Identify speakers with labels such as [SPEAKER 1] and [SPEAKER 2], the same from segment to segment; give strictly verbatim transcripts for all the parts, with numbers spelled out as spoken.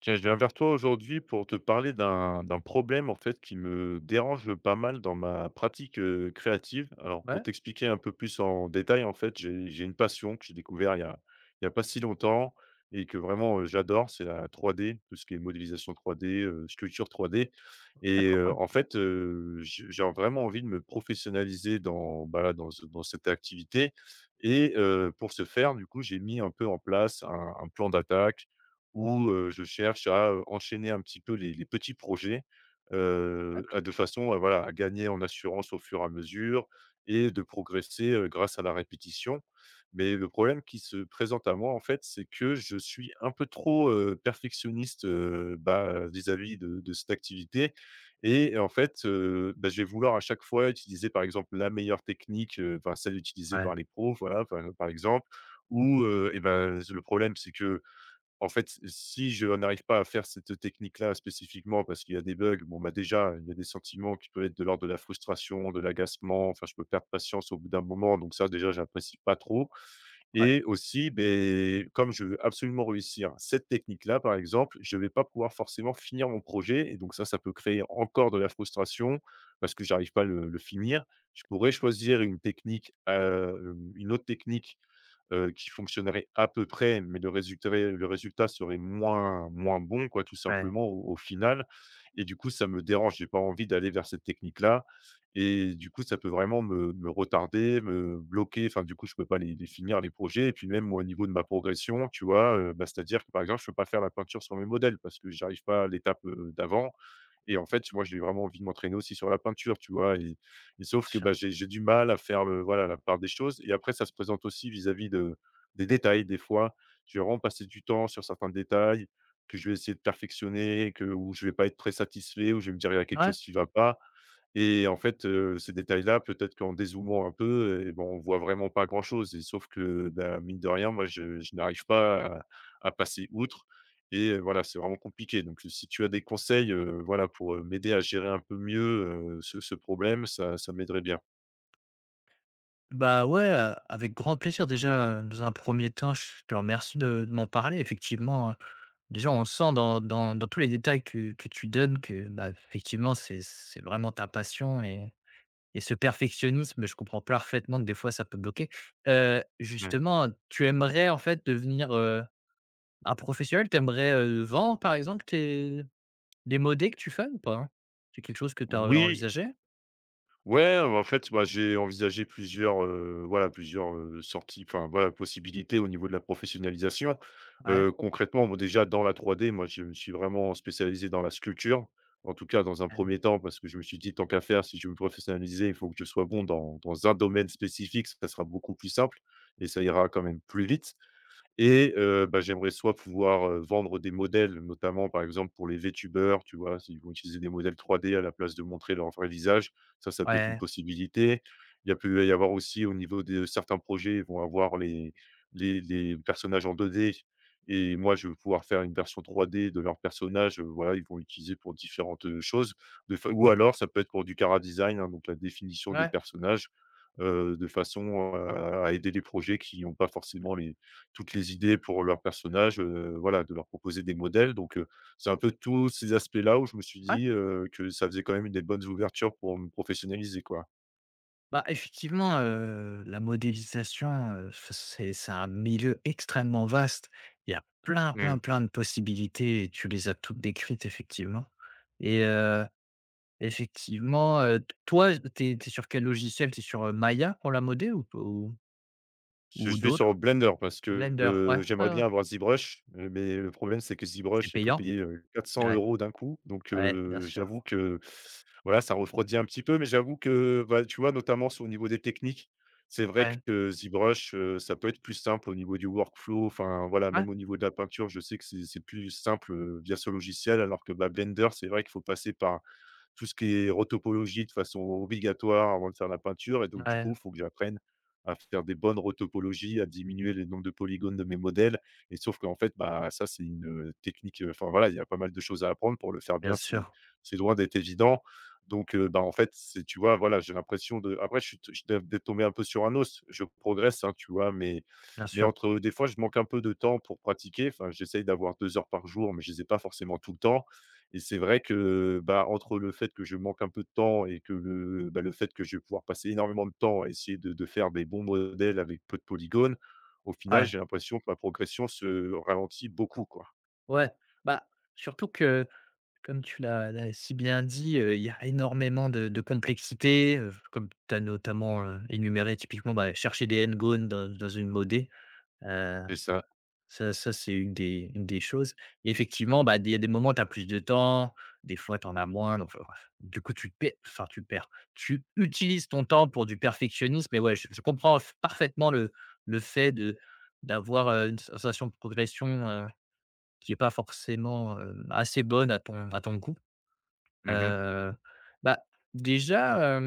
[SPEAKER 1] Tiens, je viens vers toi aujourd'hui pour te parler d'un d'un problème en fait qui me dérange pas mal dans ma pratique, heu, créative. Alors pour
[SPEAKER 2] Ouais.
[SPEAKER 1] t'expliquer un peu plus en détail, en fait, j'ai j'ai une passion que j'ai découvert il y a il y a pas si longtemps et que vraiment, heu, j'adore, c'est la trois D, tout ce qui est modélisation trois D, heu, sculpture trois D.
[SPEAKER 2] OK, ah
[SPEAKER 1] Et
[SPEAKER 2] trop
[SPEAKER 1] heu,
[SPEAKER 2] cool.
[SPEAKER 1] en fait, heu, je j'ai vraiment envie de me professionnaliser dans, bah, là, dans ce dans cette activité. Et heu, pour ce faire, du coup, j'ai mis un peu en place un un plan d'attaque où, heu, je cherche à, heu, enchaîner un petit peu les les petits projets,
[SPEAKER 2] Ouais,
[SPEAKER 1] heu, à de façon à voilà, à gagner en assurance au fur et à mesure et de progresser, heu, grâce à la répétition. Mais le problème qui se présente à moi, en fait, c'est que je suis un peu trop, heu, perfectionniste, heu, bah, vis-à-vis de de cette activité. Et en fait, heu, bah, je vais vouloir à chaque fois utiliser, par exemple, la meilleure technique, heu, enfin, celle utilisée
[SPEAKER 2] ouais,
[SPEAKER 1] par les pros, voilà, enfin, par exemple, ou, heu et bah, le problème, c'est que en fait, si je n'arrive pas à faire cette technique-là spécifiquement parce qu'il y a des bugs, bon, bah, déjà, il y a des sentiments qui peuvent être de l'ordre de la frustration, de l'agacement, enfin, je peux perdre patience au bout d'un moment, donc ça, déjà, j'apprécie pas trop.
[SPEAKER 2] ouais,
[SPEAKER 1] Et aussi, ben comme je veux absolument réussir cette technique-là, par exemple, je vais pas pouvoir forcément finir mon projet et donc ça, ça peut créer encore de la frustration parce que j'arrive pas à le le finir. Je pourrais choisir une technique, heu, une autre technique heu, qui fonctionnerait à peu près, mais le résultéré le résultat serait moins moins bon quoi, tout
[SPEAKER 2] ouais,
[SPEAKER 1] simplement au au final. Et du coup, ça me dérange. J'ai pas envie d'aller vers cette technique-là et du coup, ça peut vraiment me me retarder, me bloquer. Enfin, du coup, je peux pas les les finir les projets et puis même au niveau de ma progression, tu vois? Heu, bah, c'est-à-dire que, par exemple, je peux pas faire la peinture sur mes modèles parce que j'arrive pas à l'étape, heu, d'avant. Et en fait, moi, j'ai vraiment envie de m'entraîner aussi sur la peinture, tu vois? Et et
[SPEAKER 2] bien
[SPEAKER 1] sauf que,
[SPEAKER 2] sûr.
[SPEAKER 1] bah, j'ai j'ai du mal à faire le voilà, la part des choses. Et après ça se présente aussi vis-à-vis de des détails des fois. Je vais vraiment passer du temps sur certains détails que je vais essayer de perfectionner, que où je vais pas être très satisfait, où je vais me dire: «Il y a quelque
[SPEAKER 2] Ouais,
[SPEAKER 1] chose qui va pas». Et en fait, heu, ces détails-là, peut-être qu'en dézoomant un peu et ben, on voit vraiment pas grand-chose. Et sauf que, bah, mine de rien, moi, je je n'arrive pas à à passer outre. Et heu, voilà, c'est vraiment compliqué, donc si tu as des conseils, heu, voilà, pour, heu, m'aider à gérer un peu mieux, heu, ce ce problème, ça ça m'aiderait bien.
[SPEAKER 2] bah, ouais, heu, Avec grand plaisir. Déjà, heu, dans un premier temps, je te remercie de de m'en parler. Effectivement, heu, déjà, on sent dans dans dans tous les détails que que tu donnes que, bah, effectivement, c'est c'est vraiment ta passion et et ce perfectionnisme, je comprends parfaitement que des fois, ça peut bloquer. Heu,
[SPEAKER 1] Mmh.
[SPEAKER 2] justement, tu aimerais, en fait, devenir, heu, un professionnel? Tu aimerais, heu, vendre, par exemple, tes les modés que tu fais ou pas? C'est quelque chose que tu as
[SPEAKER 1] Oui.
[SPEAKER 2] envisagé?
[SPEAKER 1] Ouais, en fait, bah, j'ai envisagé plusieurs, heu, voilà, plusieurs, heu, sorties, enfin, voilà, possibilités au niveau de la professionnalisation.
[SPEAKER 2] Ouais,
[SPEAKER 1] Heu, concrètement, bon, déjà dans la trois D, moi, je me suis vraiment spécialisé dans la sculpture, en tout cas dans un
[SPEAKER 2] heu,
[SPEAKER 1] premier temps, parce que je me suis dit: «Tant qu'à faire, si je veux me professionnaliser, il faut que je sois bon dans dans un domaine spécifique, ça sera beaucoup plus simple et ça ira quand même plus vite». Et heu, bah, j'aimerais soit pouvoir, heu, vendre des modèles, notamment par exemple pour les VTubers, tu vois? S'ils vont utiliser des modèles trois D à la place de montrer leur vrai visage, ça, ça peut être une
[SPEAKER 2] ouais,
[SPEAKER 1] possibilité. Il y a peut y avoir aussi au niveau de certains projets, ils vont avoir les les les personnages en deux D et moi, je vais pouvoir faire une version trois D de leur personnage, heu, voilà, ils vont l'utiliser pour différentes, heu, choses. De fa Ou alors ça peut être pour du chara-design, hein, donc la définition des
[SPEAKER 2] ouais,
[SPEAKER 1] personnages, heu, de façon, heu, à aider les projets qui n'ont pas forcément les toutes les idées pour leurs personnages, heu, voilà, de leur proposer des modèles. Donc heu, c'est un peu tous ces aspects-là où je me suis
[SPEAKER 2] ouais.
[SPEAKER 1] dit, heu, que ça faisait quand même des bonnes ouvertures pour me professionnaliser, quoi.
[SPEAKER 2] Bah, effectivement, heu, la modélisation, heu, f c'est c'est un milieu extrêmement vaste. Il y a plein, plein, plein de possibilités et tu les as toutes décrites effectivement et heu Effectivement, heu, toi, t'es es sur quel logiciel? T'es sur, heu, Maya pour la modé ou ou
[SPEAKER 1] Je
[SPEAKER 2] ou
[SPEAKER 1] je vais sur
[SPEAKER 2] d'autres?
[SPEAKER 1] Blender parce que,
[SPEAKER 2] Blender, ouais,
[SPEAKER 1] heu,
[SPEAKER 2] ouais,
[SPEAKER 1] j'aimerais
[SPEAKER 2] ouais.
[SPEAKER 1] bien avoir ZBrush, heu, mais le problème, c'est que
[SPEAKER 2] C'est
[SPEAKER 1] ZBrush, il faut
[SPEAKER 2] payant?
[SPEAKER 1] payer, heu, 400
[SPEAKER 2] Ouais,
[SPEAKER 1] euros d'un coup. Donc,
[SPEAKER 2] ouais, bien
[SPEAKER 1] heu,
[SPEAKER 2] sûr.
[SPEAKER 1] j'avoue que, voilà, ça refroidit un petit peu, mais j'avoue que, bah, tu vois, notamment sur au niveau des techniques, c'est vrai
[SPEAKER 2] Ouais,
[SPEAKER 1] que ZBrush, heu, ça peut être plus simple au niveau du workflow. Enfin, voilà,
[SPEAKER 2] ouais,
[SPEAKER 1] même au niveau de la peinture, je sais que c'est c'est plus simple, heu, via ce logiciel, alors que, bah, Blender, c'est vrai qu'il faut passer par tout ce qui est rotopologie de façon obligatoire avant de faire la peinture. Et donc du
[SPEAKER 2] ouais,
[SPEAKER 1] coup, il faut que j'apprenne à faire des bonnes rotopologies, à diminuer le nombre de polygones de mes modèles. Et sauf qu'en fait, bah, ça c'est une, heu, technique, heu, enfin voilà, il y a pas mal de choses à apprendre pour le faire
[SPEAKER 2] bien
[SPEAKER 1] bien, c'est
[SPEAKER 2] sûr,
[SPEAKER 1] c'est loin d'être évident. Donc heu, bah, en fait, c'est tu vois, voilà, j'ai l'impression de après je suis t je dev d'être tombé un peu sur un os. Je progresse, hein, tu vois? Mais
[SPEAKER 2] bien
[SPEAKER 1] mais
[SPEAKER 2] sûr.
[SPEAKER 1] entre des fois, je manque un peu de temps pour pratiquer. Enfin, j'essaye d'avoir deux heures par jour, mais je ne les ai pas forcément tout le temps. Et c'est vrai que, bah, entre le fait que je manque un peu de temps et que le, bah, le fait que je vais pouvoir passer énormément de temps à essayer de de faire des bons modèles avec peu de polygones, au final,
[SPEAKER 2] Ouais,
[SPEAKER 1] j'ai l'impression que ma progression se ralentit beaucoup, quoi.
[SPEAKER 2] ouais. Bah, surtout que, comme tu l'as l'as si bien dit, heu, il y a énormément de de complexité, heu, comme tu as notamment, heu, énuméré typiquement, bah, chercher des n dans dans une modé.
[SPEAKER 1] C'est ça.
[SPEAKER 2] Ça ça, c'est une des une des choses, et effectivement, bah, il y a des moments, tu as plus de temps, des fois, tu en as moins, donc enfin, du coup, tu perds enfin, tu perds, tu utilises ton temps pour du perfectionnisme, mais ouais, je je comprends f parfaitement le le fait de d'avoir, heu, une sensation de progression, heu, qui est pas forcément, heu, assez bonne à ton à ton goût.
[SPEAKER 1] Mmh.
[SPEAKER 2] heu, bah, Déjà,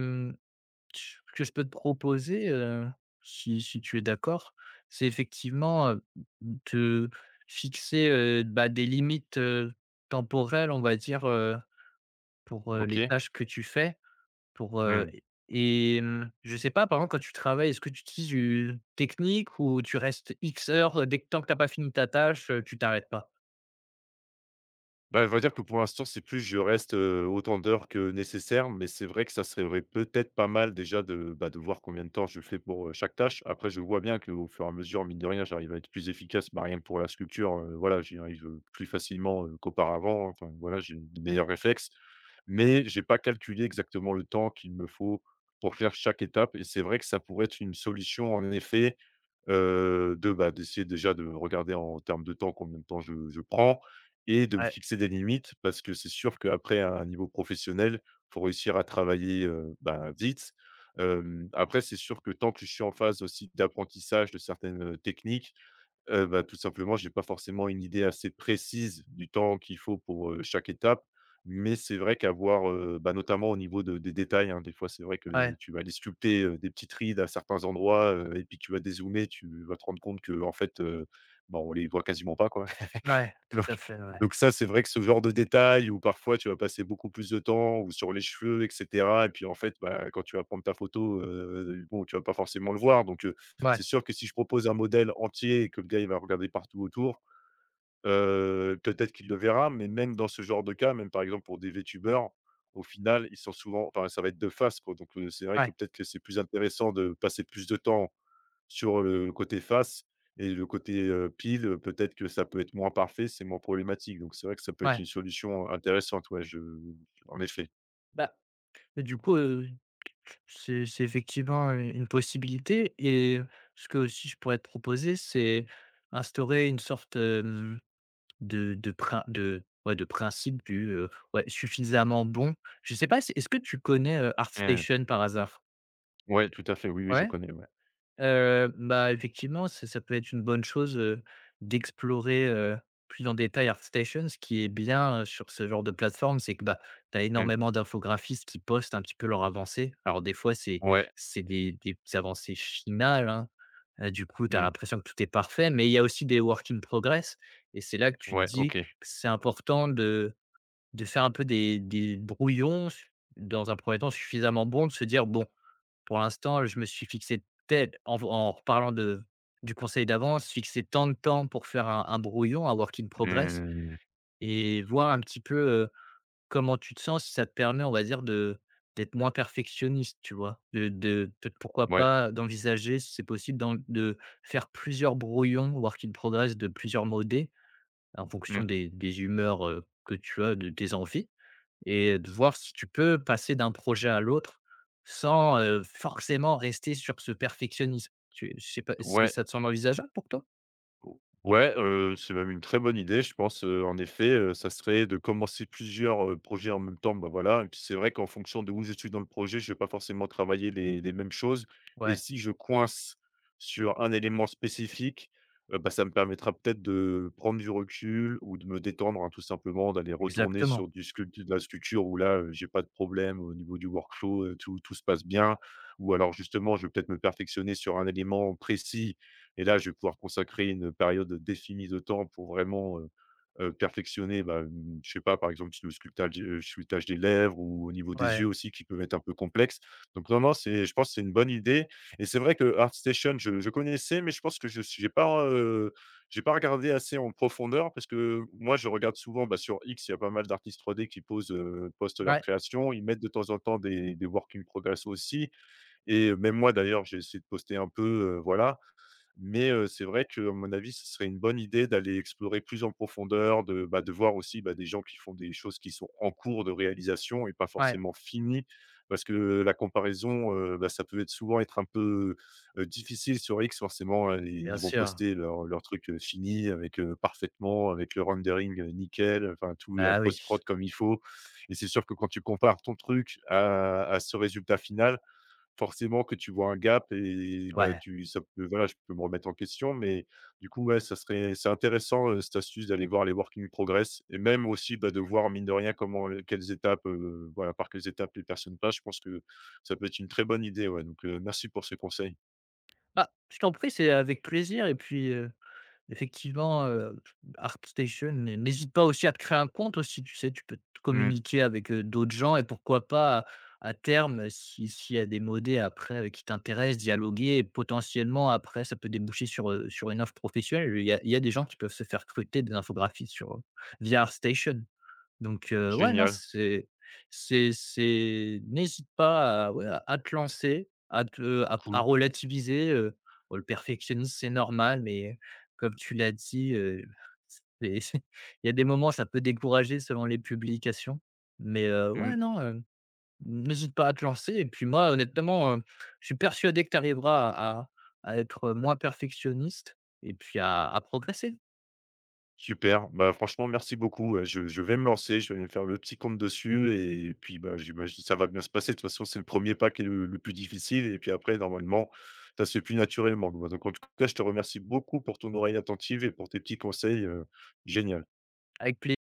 [SPEAKER 2] ch que je peux te proposer, heu, si si tu es d'accord, c'est effectivement, heu, de fixer, heu, bah, des limites, heu, temporelles, on va dire, heu, pour, heu, les
[SPEAKER 1] OK.
[SPEAKER 2] tâches que tu fais. Pour, heu
[SPEAKER 1] Mmh.
[SPEAKER 2] et hem, je sais pas, par exemple, quand tu travailles, est-ce que tu utilises une technique ou tu restes X heures, heu, dès que tant que tu as pas fini ta tâche, heu, tu t'arrêtes pas?
[SPEAKER 1] Bah, on va dire que pour l'instant, c'est plus je reste, heu, autant d'heures que nécessaire, mais c'est vrai que ça serait peut-être pas mal déjà de, bah, de voir combien de temps je fais pour, heu, chaque tâche. Après, je vois bien qu'au fur et à mesure, mine de rien, j'arrive à être plus efficace, bah, rien que pour la sculpture, heu, voilà, j'y arrive, heu, plus facilement, heu, qu'auparavant. Enfin, voilà, j'ai de meilleurs réflexes, mais j'ai pas calculé exactement le temps qu'il me faut pour faire chaque étape. Et c'est vrai que ça pourrait être une solution en effet. Heu, de, bah, d'essayer déjà de regarder en termes de temps, combien de temps je je prends et de me
[SPEAKER 2] Ouais,
[SPEAKER 1] fixer des limites parce que c'est sûr qu'après à un niveau professionnel, faut réussir à travailler, heu, bah, vite. Hem, après c'est sûr que tant que je suis en phase aussi d'apprentissage de certaines, heu, techniques, Heu, bah, tout simplement, j'ai pas forcément une idée assez précise du temps qu'il faut pour, heu, chaque étape, mais c'est vrai qu'avoir, heu, bah, notamment au niveau de des détails, hein, des fois, c'est vrai que
[SPEAKER 2] ouais,
[SPEAKER 1] tu vas aller sculpter, heu, des petites rides à certains endroits, heu et puis tu vas dézoomer, tu vas te rendre compte que en fait, heu, bah, on les voit quasiment pas, quoi.
[SPEAKER 2] ouais, tout à fait, ouais.
[SPEAKER 1] Donc ça, c'est vrai que ce genre de détail où parfois tu vas passer beaucoup plus de temps ou sur les cheveux et cetera et puis en fait, bah, quand tu vas prendre ta photo, heu, bon, tu vas pas forcément le voir. Donc heu,
[SPEAKER 2] Ouais,
[SPEAKER 1] c'est sûr que si je propose un modèle entier et que le gars, il va regarder partout autour, heu, peut-être qu'il le verra, mais même dans ce genre de cas, même par exemple pour des VTubers, au final, ils sont souvent enfin, ça va être de face, quoi. Donc heu, c'est vrai que
[SPEAKER 2] ouais,
[SPEAKER 1] peut-être que c'est plus intéressant de passer plus de temps sur le côté face et le côté, heu, pile, heu, peut-être que ça peut être moins parfait, c'est moins problématique. Donc c'est vrai que ça peut être
[SPEAKER 2] ouais.
[SPEAKER 1] une solution intéressante, ouais, je en effet.
[SPEAKER 2] Bah, et du coup, heu C'est c'est effectivement u une possibilité, et ce que aussi je pourrais te proposer, c'est instaurer une sorte, hem, de de prin de ouais, de principe du, heu, ouais, suffisamment bon. Je sais pas, c'est est-ce que tu connais, heu,
[SPEAKER 1] Mmh.
[SPEAKER 2] ArtStation par hasard?
[SPEAKER 1] Ouais, tout à fait, oui, oui, je
[SPEAKER 2] Ouais.
[SPEAKER 1] connais, ouais.
[SPEAKER 2] Heu, bah, effectivement, ça ça peut être une bonne chose, heu, d'explorer, heu, plus en détail ArtStation. Ce qui est bien, heu, sur ce genre de plateforme, c'est que, bah, tu as
[SPEAKER 1] Mmh.
[SPEAKER 2] énormément d'infographistes qui postent un petit peu leurs avancées. Alors des fois, c'est
[SPEAKER 1] Ouais.
[SPEAKER 2] c'est des des avancées finales, hein, heu, du coup, tu as
[SPEAKER 1] Mmh.
[SPEAKER 2] l'impression que tout est parfait, mais il y a aussi des work in progress, et c'est là que tu te
[SPEAKER 1] Ouais,
[SPEAKER 2] dis
[SPEAKER 1] OK.
[SPEAKER 2] que c'est important de de faire un peu des des brouillons dans un premier temps suffisamment bons, de se dire: «Bon, pour l'instant, je me suis fixé tel en v en reparlant de du conseil d'avance, fixé tant de temps pour faire un un brouillon, un work in progress
[SPEAKER 1] Mmh.
[SPEAKER 2] et voir un petit peu, heu, comment tu te sens. Si ça te permet, on va dire, de d'être moins perfectionniste, tu vois? De de peut pourquoi
[SPEAKER 1] Ouais.
[SPEAKER 2] pas d'envisager, si c'est possible, d'en de faire plusieurs brouillons, work in progress de plusieurs modés en fonction
[SPEAKER 1] Mmh.
[SPEAKER 2] des des humeurs, heu, que tu as, de tes envies, et de voir si tu peux passer d'un projet à l'autre sans, heu, forcément rester sur ce perfectionnisme. Tu je sais pas, c'est
[SPEAKER 1] Ouais.
[SPEAKER 2] ça te semble envisageable pour toi?»
[SPEAKER 1] Ouais, heu, c'est même une très bonne idée, je pense, heu, en effet, heu, ça serait de commencer plusieurs, heu, projets en même temps, bah, voilà. Et puis c'est vrai qu'en fonction de où je suis dans le projet, je ne vais pas forcément travailler les les mêmes choses. Et
[SPEAKER 2] Ouais,
[SPEAKER 1] si je coince sur un élément spécifique, heu, bah, ça me permettra peut-être de prendre du recul ou de me détendre, hein, tout simplement, d'aller retourner
[SPEAKER 2] exactement.
[SPEAKER 1] sur du sculptu de la sculpture où là, heu, j'ai pas de problème au niveau du workflow, heu, tout tout se passe bien. Ou alors justement, je vais peut-être me perfectionner sur un élément précis et là, je vais pouvoir consacrer une période définie de temps pour vraiment, heu heu, perfectionner, bah, mmh, je sais pas, par exemple, le sculptage heu, sculptage des lèvres ou au niveau des
[SPEAKER 2] Ouais,
[SPEAKER 1] yeux aussi qui peuvent être un peu complexes. Donc non, non, c'est je pense que c'est une bonne idée. Et c'est vrai que ArtStation, je je connaissais, mais je pense que je n'ai pas, heu, j'ai pas regardé assez en profondeur parce que moi, je regarde souvent, bah, sur X, il y a pas mal d'artistes trois D qui posent, heu, postent leurs
[SPEAKER 2] ouais,
[SPEAKER 1] créations. Ils mettent de temps en temps des des work in progress aussi. Et même moi, d'ailleurs, j'ai essayé de poster un peu, heu, voilà. Mais heu, c'est vrai que, à mon avis, ce serait une bonne idée d'aller explorer plus en profondeur, de, bah, de voir aussi, bah, des gens qui font des choses qui sont en cours de réalisation et pas
[SPEAKER 2] ouais,
[SPEAKER 1] forcément finies. Parce que, la comparaison, heu, bah, ça peut être souvent être un peu, heu, difficile. Sur X forcément, heu,
[SPEAKER 2] bien
[SPEAKER 1] ils vont
[SPEAKER 2] sûr.
[SPEAKER 1] poster leur leur truc, heu, fini avec, heu, parfaitement, avec le rendering, heu, nickel, enfin tout la
[SPEAKER 2] Bah oui,
[SPEAKER 1] post prod comme il faut. Et c'est sûr que quand tu compares ton truc à à ce résultat final, forcément que tu vois un gap et bah,
[SPEAKER 2] ouais.
[SPEAKER 1] tu ça peut voilà, je peux me remettre en question. Mais du coup, ouais, ça serait c'est intéressant, heu, cette astuce d'aller voir les work in progress et même aussi, bah, de voir mine de rien comment les quelles étapes, heu, voilà, par quelles étapes les personnes passent. Je pense que ça peut être une très bonne idée, ouais, donc heu, merci pour ces conseils.
[SPEAKER 2] Ah, je t'en prie, c'est avec plaisir, et puis, heu effectivement, heu, ArtStation, n'hésite pas aussi à te créer un compte aussi, tu sais? Tu peux te
[SPEAKER 1] Mmh.
[SPEAKER 2] communiquer avec, heu, d'autres gens, et pourquoi pas, à terme, si s'il y a des modés après, heu, qui t'intéressent, dialoguer, et potentiellement après ça peut déboucher sur, heu, sur une offre professionnelle. Il y a il y a des gens qui peuvent se faire recruter, des infographies sur, heu, via ArtStation. Donc, heu, ouais, non,
[SPEAKER 1] Génial,
[SPEAKER 2] c'est c'est c'est n'hésite pas à ouais, à à te lancer, à te à à
[SPEAKER 1] cool.
[SPEAKER 2] relativiser. heu, Bon, le perfectionnisme, c'est normal, mais comme tu l'as dit, heu, c'est il y a des moments, ça peut décourager selon les publications, mais heu,
[SPEAKER 1] Mmh.
[SPEAKER 2] ouais, non, heu, n'hésite pas à te lancer, et puis moi, honnêtement, heu, je suis persuadé que tu arriveras à à à être moins perfectionniste et puis à à progresser.
[SPEAKER 1] Super, bah, franchement merci beaucoup, heu, je je vais me lancer, je vais me faire le petit compte dessus et puis, bah, j'imagine que ça va bien se passer. De toute façon, c'est le premier pas qui est le le plus difficile et puis après normalement, ça se fait plus naturellement. Donc en tout cas, je te remercie beaucoup pour ton oreille attentive et pour tes petits conseils, heu, génial.
[SPEAKER 2] Avec plaisir.